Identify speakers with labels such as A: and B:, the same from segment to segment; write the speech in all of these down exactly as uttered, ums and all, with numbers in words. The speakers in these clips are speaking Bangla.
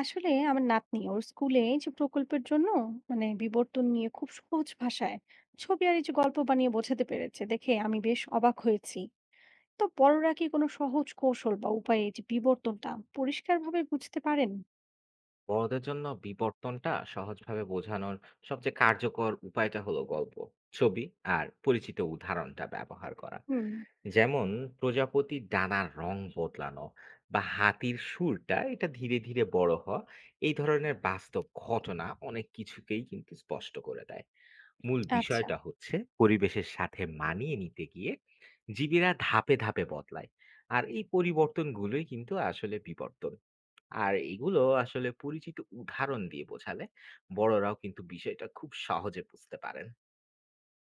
A: আসলে আমার নাতনি ওর স্কুলে এই যে প্রকল্পের জন্য মানে বিবর্তন নিয়ে খুব সহজ ভাষায় ছবি আর এই যে গল্প বানিয়ে বোঝাতে পেরেছে দেখে আমি বেশ অবাক হয়েছি। তো বড়রা কি কোনো সহজ কৌশল বা উপায়ে এই যে বিবর্তনটা পরিষ্কারভাবে বুঝতে পারেন?
B: বড়দের জন্য বিবর্তনটা সহজভাবে বোঝানোর সবচেয়ে কার্যকর উপায়টা হলো গল্প, ছবি আর পরিচিত উদাহরণটা ব্যবহার করা।
A: হুম।
B: যেমন প্রজাপতির ডানার রং বদলানো বা হাতির সুরটা এটা ধীরে ধীরে বড় হওয়া, এই ধরনের বাস্তব ঘটনা অনেক কিছুকেই কিন্তু স্পষ্ট করে দেয়। মূল
A: আচ্ছা।
B: বিষয়টা হচ্ছে পরিবেশের সাথে মানিয়ে নিতে গিয়ে জীবীরা ধাপে ধাপে বদলায়, আর এই পরিবর্তনগুলোই কিন্তু আসলে বিবর্তন। আর এগুলো আসলে পরিচিত উদাহরণ দিয়ে বোঝালে বড়রাও কিন্তু বিষয়টা খুব সহজে বুঝতে পারেন।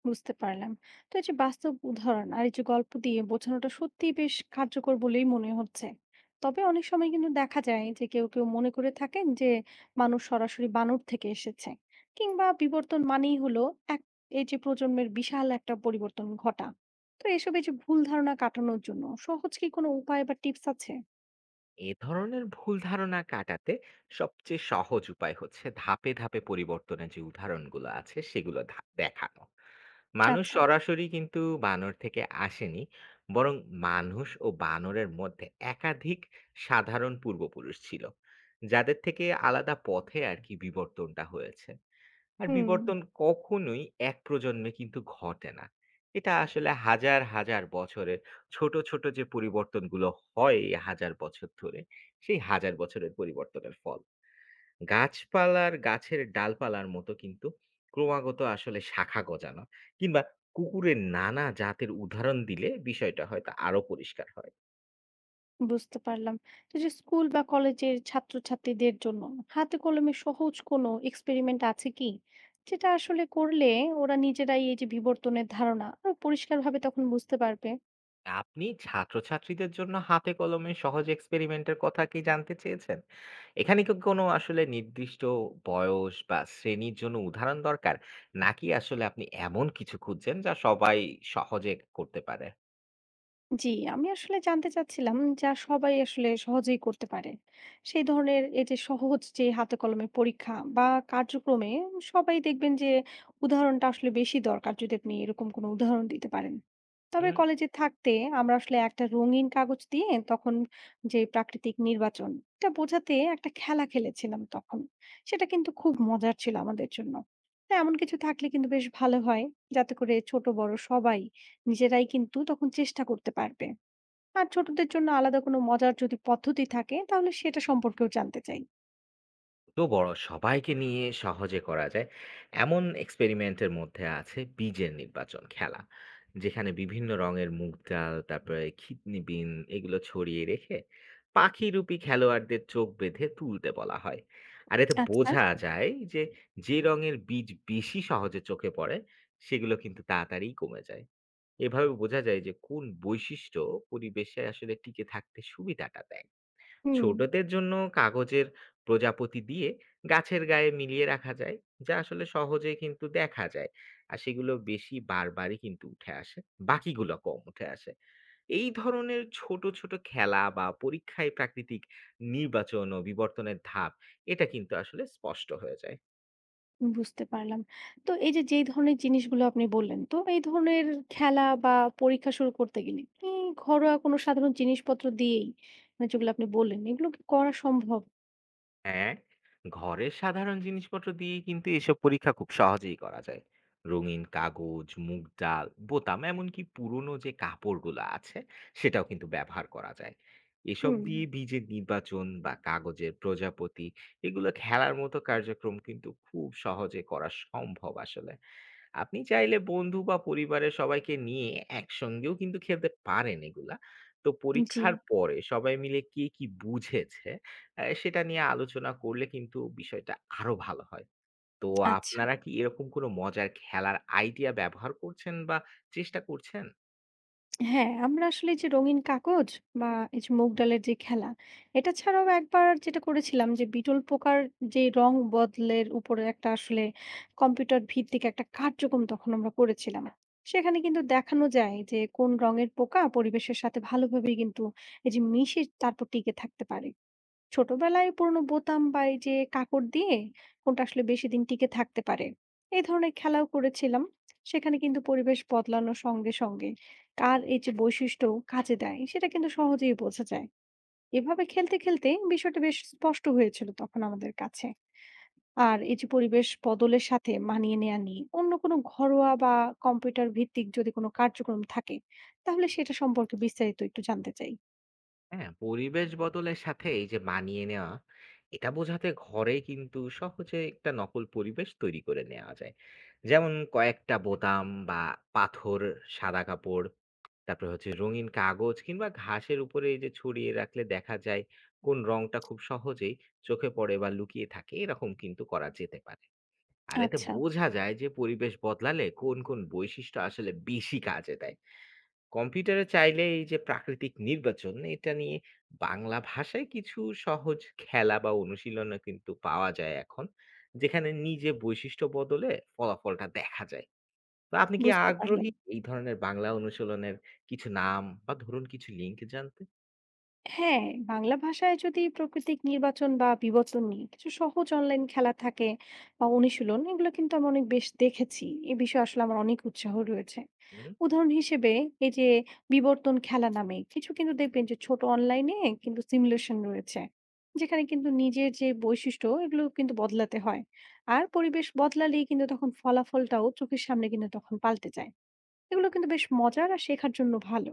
A: বুঝতে পারলাম। তো এই যে বাস্তব উদাহরণ আর এই যে গল্প দিয়ে বোঝানোটা সত্যিই বেশ কার্যকর বলেই মনে হচ্ছে। তবে অনেক সময় কিন্তু দেখা যায় যে কেউ, কেউ মনে করে থাকেন যে মানুষ সরাসরি বানর থেকে এসেছে। কিংবা বিবর্তন মানেই হলো এক এই যে প্রজন্মের বিশাল একটা পরিবর্তন ঘটা। তো এসব এই যে ভুল ধারণা কাটানোর জন্য সহজ কি কোনো উপায় বা টিপস আছে?
B: এ ধরনের ভুল ধারণা কাটাতে সবচেয়ে সহজ উপায় হচ্ছে ধাপে ধাপে পরিবর্তনের যে উদাহরণগুলো আছে সেগুলো ধা- দেখানো। মানুষ
A: আচ্ছা।
B: সরাসরি কিন্তু বানর থেকে আসেনি, বরং মানুষ ও বানরের মধ্যে একাধিক সাধারণ পূর্বপুরুষ ছিল, যাদের থেকে আলাদা পথে আর কি বিবর্তনটা হয়েছে। আর
A: হুম।
B: বিবর্তন কখনোই এক প্রজন্মে কিন্তু ঘটে না, এটা আসলে হাজার হাজার বছরের ছোট, ছোট যে পরিবর্তনগুলো হয় হাজার বছর ধরে, সেই হাজার বছরের পরিবর্তনের ফল। গাছপালার, গাছের ডালপালার মতো কিন্তু ক্রমাগত আসলে শাখা গজানো, কিংবা কুকুরের নানা জাতের উদাহরণ দিলে বিষয়টা হয়তো আরো পরিষ্কার হয়।
A: বুঝতে পারলাম। তো এই যে স্কুল বা কলেজের ছাত্রছাত্রীদের জন্য হাতে কলমে সহজ কোনো এক্সপেরিমেন্ট আছে কি? যেটা আসলে করলে ওরা নিজেরাই এই যে বিবর্তনের ধারণা আরো পরিষ্কারভাবে তখন বুঝতে পারবে।
B: আপনি ছাত্রছাত্রীদের জন্য হাতে কলমে সহজ এক্সপেরিমেন্টের কথা কি জানতে চেয়েছেন? এখানে কি কোনো আসলে নির্দিষ্ট বয়স বা শ্রেণীর জন্য উদাহরণ দরকার? নাকি আসলে আপনি এমন কিছু খুঁজছেন যা সবাই সহজে করতে পারে?
A: জি, আমি আসলে জানতে চাচ্ছিলাম যা সবাই আসলে সহজেই করতে পারে। সেই ধরনের এই যে সহজ যে হাতে কলমে পরীক্ষা বা কার্যক্রমে সবাই দেখবেন যে উদাহরণটা আসলে বেশি দরকার যদি আপনি এরকম কোনো উদাহরণ দিতে পারেন। তবে
B: হুম,
A: কলেজে থাকতে আমরা আসলে একটা রঙিন কাগজ দিয়ে তখন যে প্রাকৃতিক নির্বাচন এটা বোঝাতে একটা খেলা খেলেছিলাম তখন। সেটা কিন্তু খুব মজার ছিল আমাদের জন্য। তো এমন কিছু থাকলে কিন্তু বেশ ভালো হয় যাতে করে ছোট বড় সবাই নিজেরাই কিন্তু তখন চেষ্টা করতে পারবে। আর ছোটদের জন্য আলাদা কোনো মজার যদি পদ্ধতি থাকে তাহলে সেটা সম্পর্কেও জানতে চাই।
B: তো বড় সবাইকে নিয়ে সহজে করা যায় এমন এক্সপেরিমেন্টের মধ্যে আছে বীজের নির্বাচন খেলা, যেখানে বিভিন্ন রঙের মুগ ডাল তারপরে কিডনি বিন এগুলো ছড়িয়ে রেখে পাখিরূপী খেলোয়াড়দের চোখ বেঁধে তুলতে বলা হয়। আর এতে
A: আচ্ছা।
B: বোঝা যায় যে যে রঙের বীজ বেশি সহজে চোখে পড়ে সেগুলো কিন্তু তাড়াতাড়ি কমে যায়। এভাবে বোঝা যায় যে কোন বৈশিষ্ট্য পরিবেশে আসলে টিকে থাকতে সুবিধাটা দেয়।
A: হুম,
B: ছোটদের জন্য কাগজের প্রজাপতি দিয়ে গাছের গায়ে মিলিয়ে রাখা যায়, যা আসলে সহজেই কিন্তু দেখা যায়, আর সেগুলো বেশি বারবারই কিন্তু উঠে আসে, বাকিগুলো কম উঠে আসে। এই ধরনের ছোট ছোট খেলা বা পরীক্ষায় প্রাকৃতিক নির্বাচন ও বিবর্তনের ধাপ এটা কিন্তু আসলে স্পষ্ট হয়ে যায়।
A: বুঝতে পারলাম। তো এই যে, যেই ধরনের জিনিসগুলো আপনি বললেন, তো এই ধরনের খেলা বা পরীক্ষা শুরু করতে গেলে কি ঘরোয়া কোনো সাধারণ জিনিসপত্র দিয়েই মানে যেগুলো আপনি বললেন, এগুলো কি করা সম্ভব?
B: হ্যাঁ, ঘরের সাধারণ জিনিসপত্র দিয়ে কিন্তু এসব পরীক্ষা খুব সহজেই করা যায়। রঙিন কাগজ, মুগ ডাল, বোতাম এমনকি পুরনো যে কাপড়গুলো আছে সেটাও কিন্তু ব্যবহার করা যায়। এসব
A: হুম।
B: দিয়ে বীজের নির্বাচন বা কাগজের প্রজাপতি এগুলো খেলার মতো কার্যক্রম কিন্তু খুব সহজে করা সম্ভব আসলে। আপনি চাইলে বন্ধু বা পরিবারের সবাইকে নিয়ে একসঙ্গেও কিন্তু খেলতে পারেন এগুলা। তো
A: জি।
B: পরীক্ষার পরে সবাই মিলে কে কি বুঝেছে আ সেটা নিয়ে আলোচনা করলে কিন্তু বিষয়টা আরো ভালো হয়। তো
A: আচ্ছা।
B: আপনারা কি এরকম কোনো মজার খেলার আইডিয়া ব্যবহার করছেন বা চেষ্টা করছেন?
A: হ্যাঁ, আমরা আসলে এই যে রঙিন কাগজ বা এই যে মুগ ডালের যে খেলা, এটা ছাড়াও একবার যেটা করেছিলাম যে বিটল পোকার যে রং বদলের উপরে একটা আসলে কম্পিউটার ভিত্তিক একটা কার্যক্রম তখন আমরা করেছিলাম। সেখানে কিন্তু দেখানো যায় যে কোন রঙের পোকা পরিবেশের সাথে ভালোভাবেই কিন্তু এই যে মিশে তারপর টিকে থাকতে পারে। ছোটবেলায় পুরনো বোতাম বা এই যে কাঁকড় দিয়ে কোনটা আসলে বেশি দিন টিকে থাকতে পারে এই ধরনের খেলাও করেছিলাম। সেখানে কিন্তু পরিবেশ বদলানোর সঙ্গে সঙ্গে কার এই যে বৈশিষ্ট্য কাজে দেয় সেটা কিন্তু সহজেই বোঝা যায়। এভাবে খেলতে খেলতে বিষয়টা বেশ স্পষ্ট হয়েছিল তখন আমাদের কাছে। আর এই যে পরিবেশ বদলের সাথে মানিয়ে নেওয়া নিয়ে অন্য কোনো ঘরোয়া বা কম্পিউটার ভিত্তিক যদি কোনো কার্যক্রম থাকে তাহলে সেটা সম্পর্কে বিস্তারিত একটু জানতে চাই।
B: হ্যাঁ, পরিবেশ বদলের সাথে এই যে মানিয়ে নেওয়া, এটা বোঝাতে ঘরে কিন্তু সহজে একটা নকল পরিবেশ তৈরি করে নেওয়া যায়। যেমন কয়েকটা বোতাম বা পাথর, সাদা কাপড়, তারপরে হচ্ছে রঙিন কাগজ কিংবা ঘাসের উপরে এই যে ছড়িয়ে রাখলে দেখা যায় কোন রংটা খুব সহজেই চোখে পড়ে বা লুকিয়ে থাকে, এরকম কিন্তু করা যেতে পারে। আর এতে
A: আচ্ছা।
B: বোঝা যায় যে পরিবেশ বদলালে কোন কোন বৈশিষ্ট্য আসলে বেশি কাজে দেয়। কম্পিউটারে চাইলে এই যে প্রাকৃতিক নির্বাচন এটা নিয়ে বাংলা ভাষায় কিছু সহজ খেলা বা অনুশীলনও কিন্তু পাওয়া যায় এখন, যেখানে নিজে বৈশিষ্ট্য বদলে ফলাফলটা দেখা যায়। তো আপনি কি
A: বুঝতে পারলাম।
B: আগ্রহী এই ধরনের বাংলা অনুশীলনের কিছু নাম বা ধরুন কিছু লিঙ্ক জানতে?
A: হ্যাঁ, বাংলা ভাষায় যদি প্রাকৃতিক নির্বাচন বা বিবর্তন নিয়ে কিছু সহজ অনলাইন খেলা থাকে বা অনুশীলন এগুলো কিন্তু আমি অনেক বেশ দেখেছি, এ বিষয়ে আসলে আমার অনেক উৎসাহ রয়েছে।
B: হুম।
A: উদাহরণ হিসেবে এই যে বিবর্তন খেলা নামে কিছু কিন্তু দেখবেন যে ছোট অনলাইনে কিন্তু সিমুলেশন রয়েছে, যেখানে কিন্তু নিজের যে বৈশিষ্ট্য এগুলো কিন্তু বদলাতে হয় আর পরিবেশ বদলালেই কিন্তু তখন ফলাফলটাও চোখের সামনে কিন্তু তখন পাল্টে যায়। এগুলো কিন্তু বেশ মজার আর শেখার জন্য ভালো।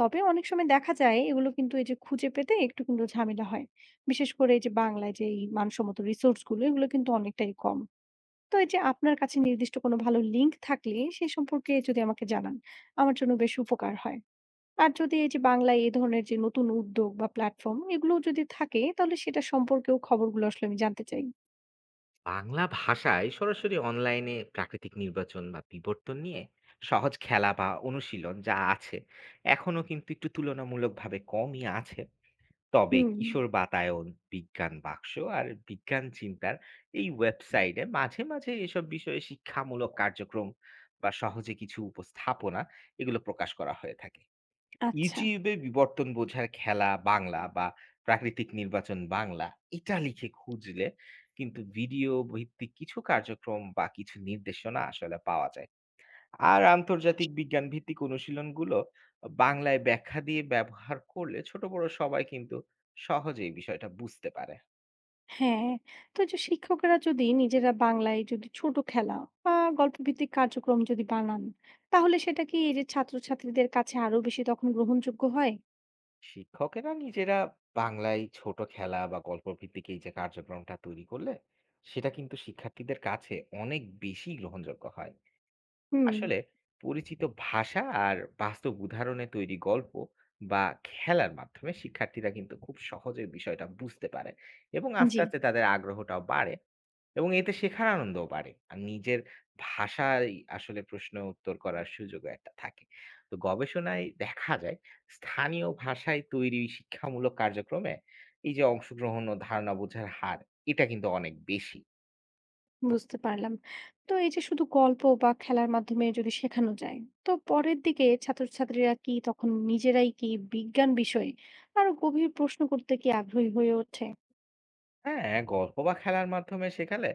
A: তবে অনেক সময় দেখা যায় এগুলো কিন্তু এই যে খুঁজে পেতে একটু কিন্তু ঝামেলা হয়। বিশেষ করে এই যে বাংলায় যে এই মানসম্মত রিসোর্স গুলো এগুলো কিন্তু অনেকটাই কম। তো এই যে আপনার কাছে নির্দিষ্ট কোনো ভালো লিঙ্ক থাকলে সে সম্পর্কে যদি আমাকে জানান, আমার জন্য বেশ উপকার হয়। আর যদি এই যে বাংলায় এই ধরনের যে নতুন উদ্যোগ বা প্ল্যাটফর্ম এগুলো যদি থাকে তাহলে সেটা সম্পর্কেও খবরগুলো আসলে আমি জানতে চাই।
B: বাংলা ভাষায় সরাসরি অনলাইনে প্রাকৃতিক নির্বাচন বা বিবর্তন নিয়ে সহজ খেলা বা অনুশীলন যা আছে এখনো কিন্তু একটু তুলনামূলকভাবে কমই আছে। তবে
A: হুম।
B: কিশোর বাতায়ন, বিজ্ঞান বাক্স আর বিজ্ঞান চিন্তার এই ওয়েবসাইটে মাঝে, মাঝে এসব বিষয়ে শিক্ষামূলক কার্যক্রম বা সহজে কিছু উপস্থাপনা এগুলো প্রকাশ করা হয়ে থাকে।
A: আচ্ছা।
B: ইউটিউবে বিবর্তন বোঝার খেলা বাংলা হুম। বা প্রাকৃতিক নির্বাচন বাংলা এটা লিখে খুঁজলে কিন্তু ভিডিও ভিত্তিক কিছু কার্যক্রম বা কিছু নির্দেশনা আসলে পাওয়া যায়। আর আন্তর্জাতিক বিজ্ঞান ভিত্তিক অনুশীলনগুলো বাংলায় ব্যাখ্যা দিয়ে ব্যবহার করলে ছোট বড় সবাই কিন্তু সহজেই বিষয়টা বুঝতে পারে।
A: হ্যাঁ। তো এই যে শিক্ষকরা যদি নিজেরা বাংলায় যদি ছোট খেলা বা গল্প ভিত্তিক কার্যক্রম যদি বানান তাহলে সেটা কি এই যে ছাত্রছাত্রীদের কাছে আরো বেশি তখন গ্রহণযোগ্য হয়?
B: শিক্ষকেরা নিজেরা বাংলায় ছোট খেলা বা গল্প ভিত্তিক এই যে কার্যক্রমটা তৈরি করলে সেটা কিন্তু শিক্ষার্থীদের কাছে অনেক বেশি গ্রহণযোগ্য হয়।
A: হুম।
B: আসলে পরিচিত ভাষা আর বাস্তব উদাহরণে তৈরি গল্প বা খেলার মাধ্যমে শিক্ষার্থীরা কিন্তু খুব সহজে বিষয়টা বুঝতে পারে এবং আস্তে
A: জি।
B: আস্তে তাদের আগ্রহটাও বাড়ে, এবং এতে শেখার আনন্দও বাড়ে আর নিজের ভাষায় আসলে প্রশ্ন উত্তর করার সুযোগও একটা থাকে। তো গবেষণায় দেখা যায় স্থানীয় ভাষায় তৈরি শিক্ষামূলক কার্যক্রমে এই যে অংশগ্রহণ ও ধারণা বোঝার হার এটা কিন্তু অনেক বেশি।
A: বুঝতে পারলাম। তো এই যে শুধু গল্প বা খেলার মাধ্যমে যদি শেখানো যায় তো পরের দিকে ছাত্রছাত্রীরা কি তখন নিজেরাই কি বিজ্ঞান বিষয়ে আরো গভীর প্রশ্ন করতে কি আগ্রহী হয়ে ওঠে?
B: হ্যাঁ, গল্প বা খেলার মাধ্যমে শেখালে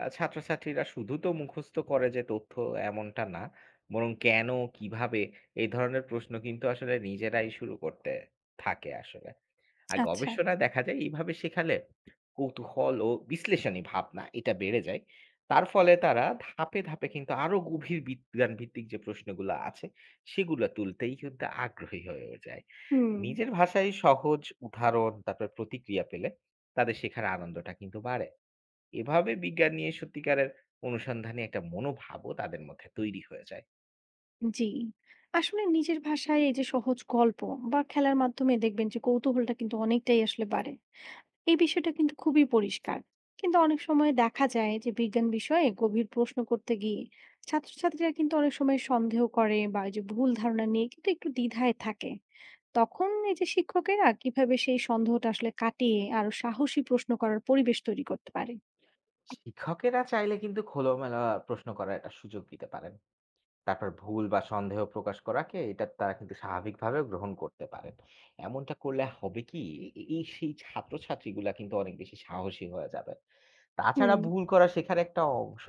B: আ ছাত্রছাত্রীরা শুধু তো মুখস্থ করে যে তথ্য এমনটা না, বরং কেন, কিভাবে এই ধরনের প্রশ্ন কিন্তু আসলে নিজেরাই শুরু করতে থাকে আসলে। আর
A: আচ্ছা।
B: গবেষণায় দেখা যায় এইভাবে শেখালে কৌতূহল ও বিশ্লেষণী ভাবনা এটা বেড়ে যায়। তার ফলে তারা ধাপে, ধাপে কিন্তু আরো গভীর বিজ্ঞান ভিত্তিক যে প্রশ্নগুলো আছে সেগুলো তুলতেই কিন্তু আগ্রহী হয়ে যায়।
A: হুম।
B: নিজের ভাষায় সহজ উদাহরণ, তারপরে প্রতিক্রিয়া পেলে তাদের শেখার আনন্দটা কিন্তু বাড়ে। এভাবে বিজ্ঞান নিয়ে সত্যিকারের অনুসন্ধানে একটা মনোভাবও তাদের মধ্যে তৈরি হয়ে যায়।
A: জি। আসলে নিজের ভাষায় এই যে সহজ গল্প বা খেলার মাধ্যমে দেখবেন যে কৌতূহলটা কিন্তু অনেকটাই আসলে বাড়ে। এই বিষয়টা কিন্তু খুবই পরিষ্কার। কিন্তু অনেক সময় দেখা যায় যে বিজ্ঞান বিষয়ে গভীর প্রশ্ন করতে গিয়ে ছাত্রছাত্রীরা কিন্তু অনেক সময় সন্দেহ করে বা এই যে ভুল ধারণা নিয়ে কিন্তু একটু দ্বিধায় থাকে। তখন এই যে শিক্ষকেরা কিভাবে সেই সন্দেহটা আসলে কাটিয়ে আরো সাহসী প্রশ্ন করার পরিবেশ তৈরি করতে পারে?
B: শিক্ষকেরা চাইলে কিন্তু খোলামেলা প্রশ্ন করার একটা সুযোগ দিতে পারেন। তারপর ভুল বা সন্দেহ প্রকাশ করাকে এটা তারা কিন্তু স্বাভাবিকভাবে গ্রহণ করতে পারেন। এমনটা করলে হবে কি এ এই সেই ছাত্রছাত্রীগুলা কিন্তু অনেক বেশি সাহসী হয়ে যাবে। তাছাড়া
A: হুম।
B: ভুল করা শেখার একটা অংশ।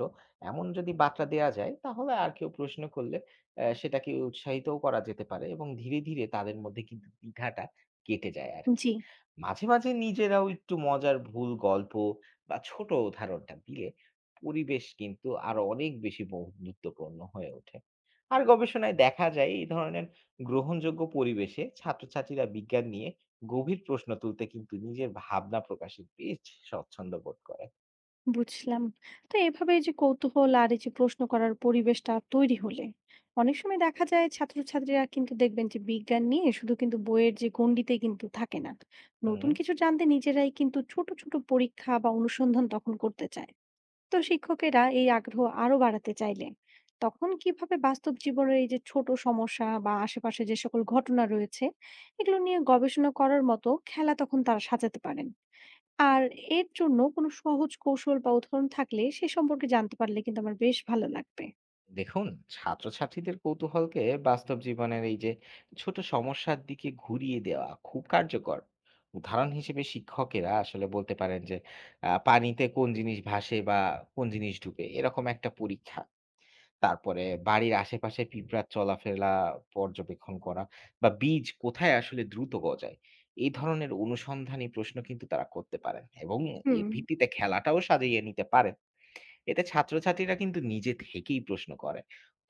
B: এমন যদি বার্তা দেয়া যায় তাহলে আর কেউ প্রশ্ন করলে অ্যা সেটাকে উৎসাহিতও করা যেতে পারে এবং ধীরে, ধীরে তাদের মধ্যে কিন্তু দ্বিধাটা কেটে যায় আরকি।
A: জি।
B: মাঝে, মাঝে নিজেরাও একটু মজার ভুল গল্প বা ছোট উদাহরণটা দিলে পরিবেশ কিন্তু আরো অনেক বেশি বন্ধুত্বপূর্ণ হয়ে ওঠে। আর গবেষণায় দেখা যায় এই ধরনের গ্রহণযোগ্য পরিবেশে ছাত্রছাত্রীরা বিজ্ঞান নিয়ে গভীর প্রশ্ন তুলতে কিন্তু নিজের ভাবনা প্রকাশে বেশ স্বচ্ছন্দ বোধ করে।
A: বুঝলাম। তো এভাবে এই যে কৌতূহল আর এই যে প্রশ্ন করার পরিবেশটা তৈরি হলে অনেক সময় দেখা যায় ছাত্রছাত্রীরা কিন্তু দেখবেন যে বিজ্ঞান নিয়ে শুধু কিন্তু বইয়ের যে গণ্ডিতে কিন্তু থাকে না,
B: হুম
A: নতুন কিছু জানতে নিজেরাই কিন্তু ছোট ছোট পরীক্ষা বা অনুসন্ধান তখন করতে চায়। তো শিক্ষকেরা এই আগ্রহ আরো বাড়াতে চাইলে তখন কিভাবে বাস্তব জীবনের এই যে ছোট সমস্যা বা আশেপাশে যে সকল ঘটনা রয়েছে এগুলো নিয়ে গবেষণা করার মতো খেলা তখন তারা সাজাতে পারেন, আর এর জন্য কোনো সহজ কৌশল বা উদাহরণ থাকলে সে সম্পর্কে জানতে পারলে কিন্তু আমার বেশ ভালো লাগবে।
B: দেখুন, ছাত্রছাত্রীদের কৌতূহলকে বাস্তব জীবনের এই যে ছোট সমস্যার দিকে ঘুরিয়ে দেওয়া খুব কার্যকর। উদাহরণ হিসেবে শিক্ষকেরা আসলে বলতে পারেন যে আহ, পানিতে কোন জিনিস ভাসে বা কোন জিনিস ডুবে এরকম একটা পরীক্ষা, তারপরে বাড়ির আশেপাশে পিঁপড়ার চলাফেরা পর্যবেক্ষণ করা বা বীজ কোথায় আসলে দ্রুত গজায়, এই ধরনের অনুসন্ধানী প্রশ্ন কিন্তু তারা করতে পারেন এবং
A: হুম।
B: এর ভিত্তিতে খেলাটাও সাজিয়ে নিতে পারেন। এতে ছাত্রছাত্রীরা কিন্তু নিজে থেকেই প্রশ্ন করে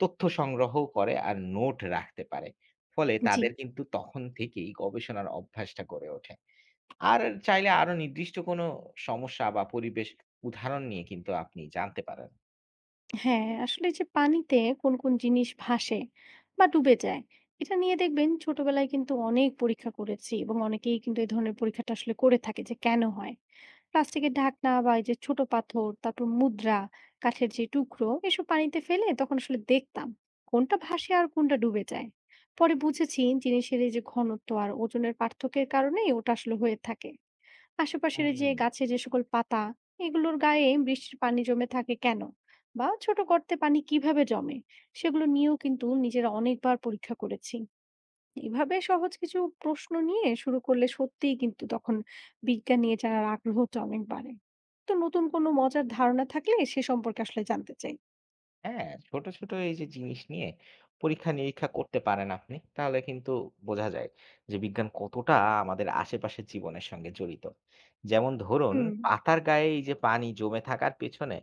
B: তথ্য সংগ্রহ করে আর নোট রাখতে পারে, ফলে
A: জি।
B: তাদের কিন্তু তখন থেকেই গবেষণার অভ্যাসটা গড়ে ওঠে। আর চাইলে আরো নির্দিষ্ট কোনো সমস্যা বা পরিবেশ উদাহরণ নিয়ে কিন্তু আপনি জানতে পারেন।
A: হ্যাঁ, আসলে যে পানিতে কোন, কোন জিনিস ভাসে বা ডুবে যায় এটা নিয়ে দেখবেন ছোটবেলায় কিন্তু অনেক পরীক্ষা করেছি এবং অনেকেই কিন্তু এই ধরনের পরীক্ষাটা আসলে করে থাকে যে কেন হয়। প্লাস্টিকের ঢাকনা বা এই যে ছোট পাথর তারপর মুদ্রা কাঠের যে টুকরো এসব পানিতে ফেলে তখন আসলে দেখতাম কোনটা ভাসে আর কোনটা ডুবে যায়। পরে বুঝেছি জিনিসের এই যে ঘনত্ব আর ওজনের পার্থক্যের কারণেই ওটা আসলে হয়ে থাকে। আশেপাশের এই যে
B: হুম
A: গাছে যে সকল পাতা এগুলোর গায়ে বৃষ্টির পানি জমে থাকে কেন বা ছোট গর্তে পানি কিভাবে জমে সেগুলো নিয়েও কিন্তু নিজেরা অনেকবার পরীক্ষা করেছি। এভাবে সহজ কিছু প্রশ্ন নিয়ে শুরু করলে সত্যিই কিন্তু তখন বিজ্ঞান নিয়ে জানার আগ্রহটা অনেক বাড়ে। তো নতুন কোনো মজার ধারণা থাকলে সে সম্পর্কে আসলে জানতে চাই।
B: হ্যাঁ, ছোট, ছোট এই যে জিনিস নিয়ে পরীক্ষা-নিরীক্ষা করতে পারেন আপনি, তাহলে কিন্তু বোঝা যায় যে বিজ্ঞান কতটা আমাদের আশেপাশের জীবনের সঙ্গে জড়িত। যেমন ধরুন
A: হুম।
B: পাতার গায়ে এই যে পানি জমে থাকার পেছনে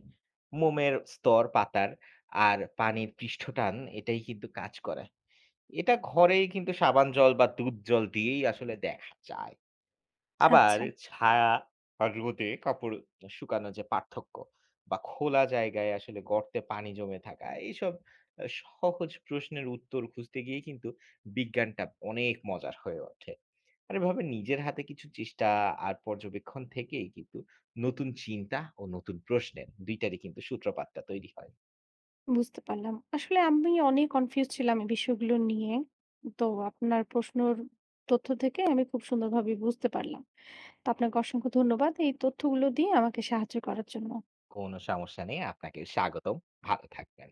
B: মোমের স্তর পাতার আর পানির পৃষ্ঠটান এটাই কিন্তু কাজ করে। এটা ঘরেই কিন্তু সাবান জল বা দুধ জল দিয়েই আসলে দেখা যায়। আবার
A: আচ্ছা।
B: ছায়া বা রোদে কাপড় শুকানোর যে পার্থক্য বা খোলা জায়গায় আসলে গর্তে পানি জমে থাকা এইসব আহ, সহজ প্রশ্নের উত্তর খুঁজতে গিয়ে কিন্তু বিজ্ঞানটা অনেক মজার হয়ে ওঠে। আর এভাবে নিজের হাতে কিছু চেষ্টা আর পর্যবেক্ষণ থেকেই কিন্তু নতুন চিন্তা ও নতুন প্রশ্নের দুইটারই কিন্তু সূত্রপাতটা তৈরি হয়।
A: বুঝতে পারলাম, আসলে আমি অনেক কনফিউজ ছিলাম এই বিষয়গুলো নিয়ে। তো আপনার প্রশ্নর তথ্য থেকে আমি খুব সুন্দরভাবে বুঝতে পারলাম। তো আপনাকে অসংখ্য ধন্যবাদ এই তথ্যগুলো দিয়ে আমাকে সাহায্য করার জন্য।
B: কোনো সমস্যা নেই, আপনাকে স্বাগতম। ভালো থাকবেন।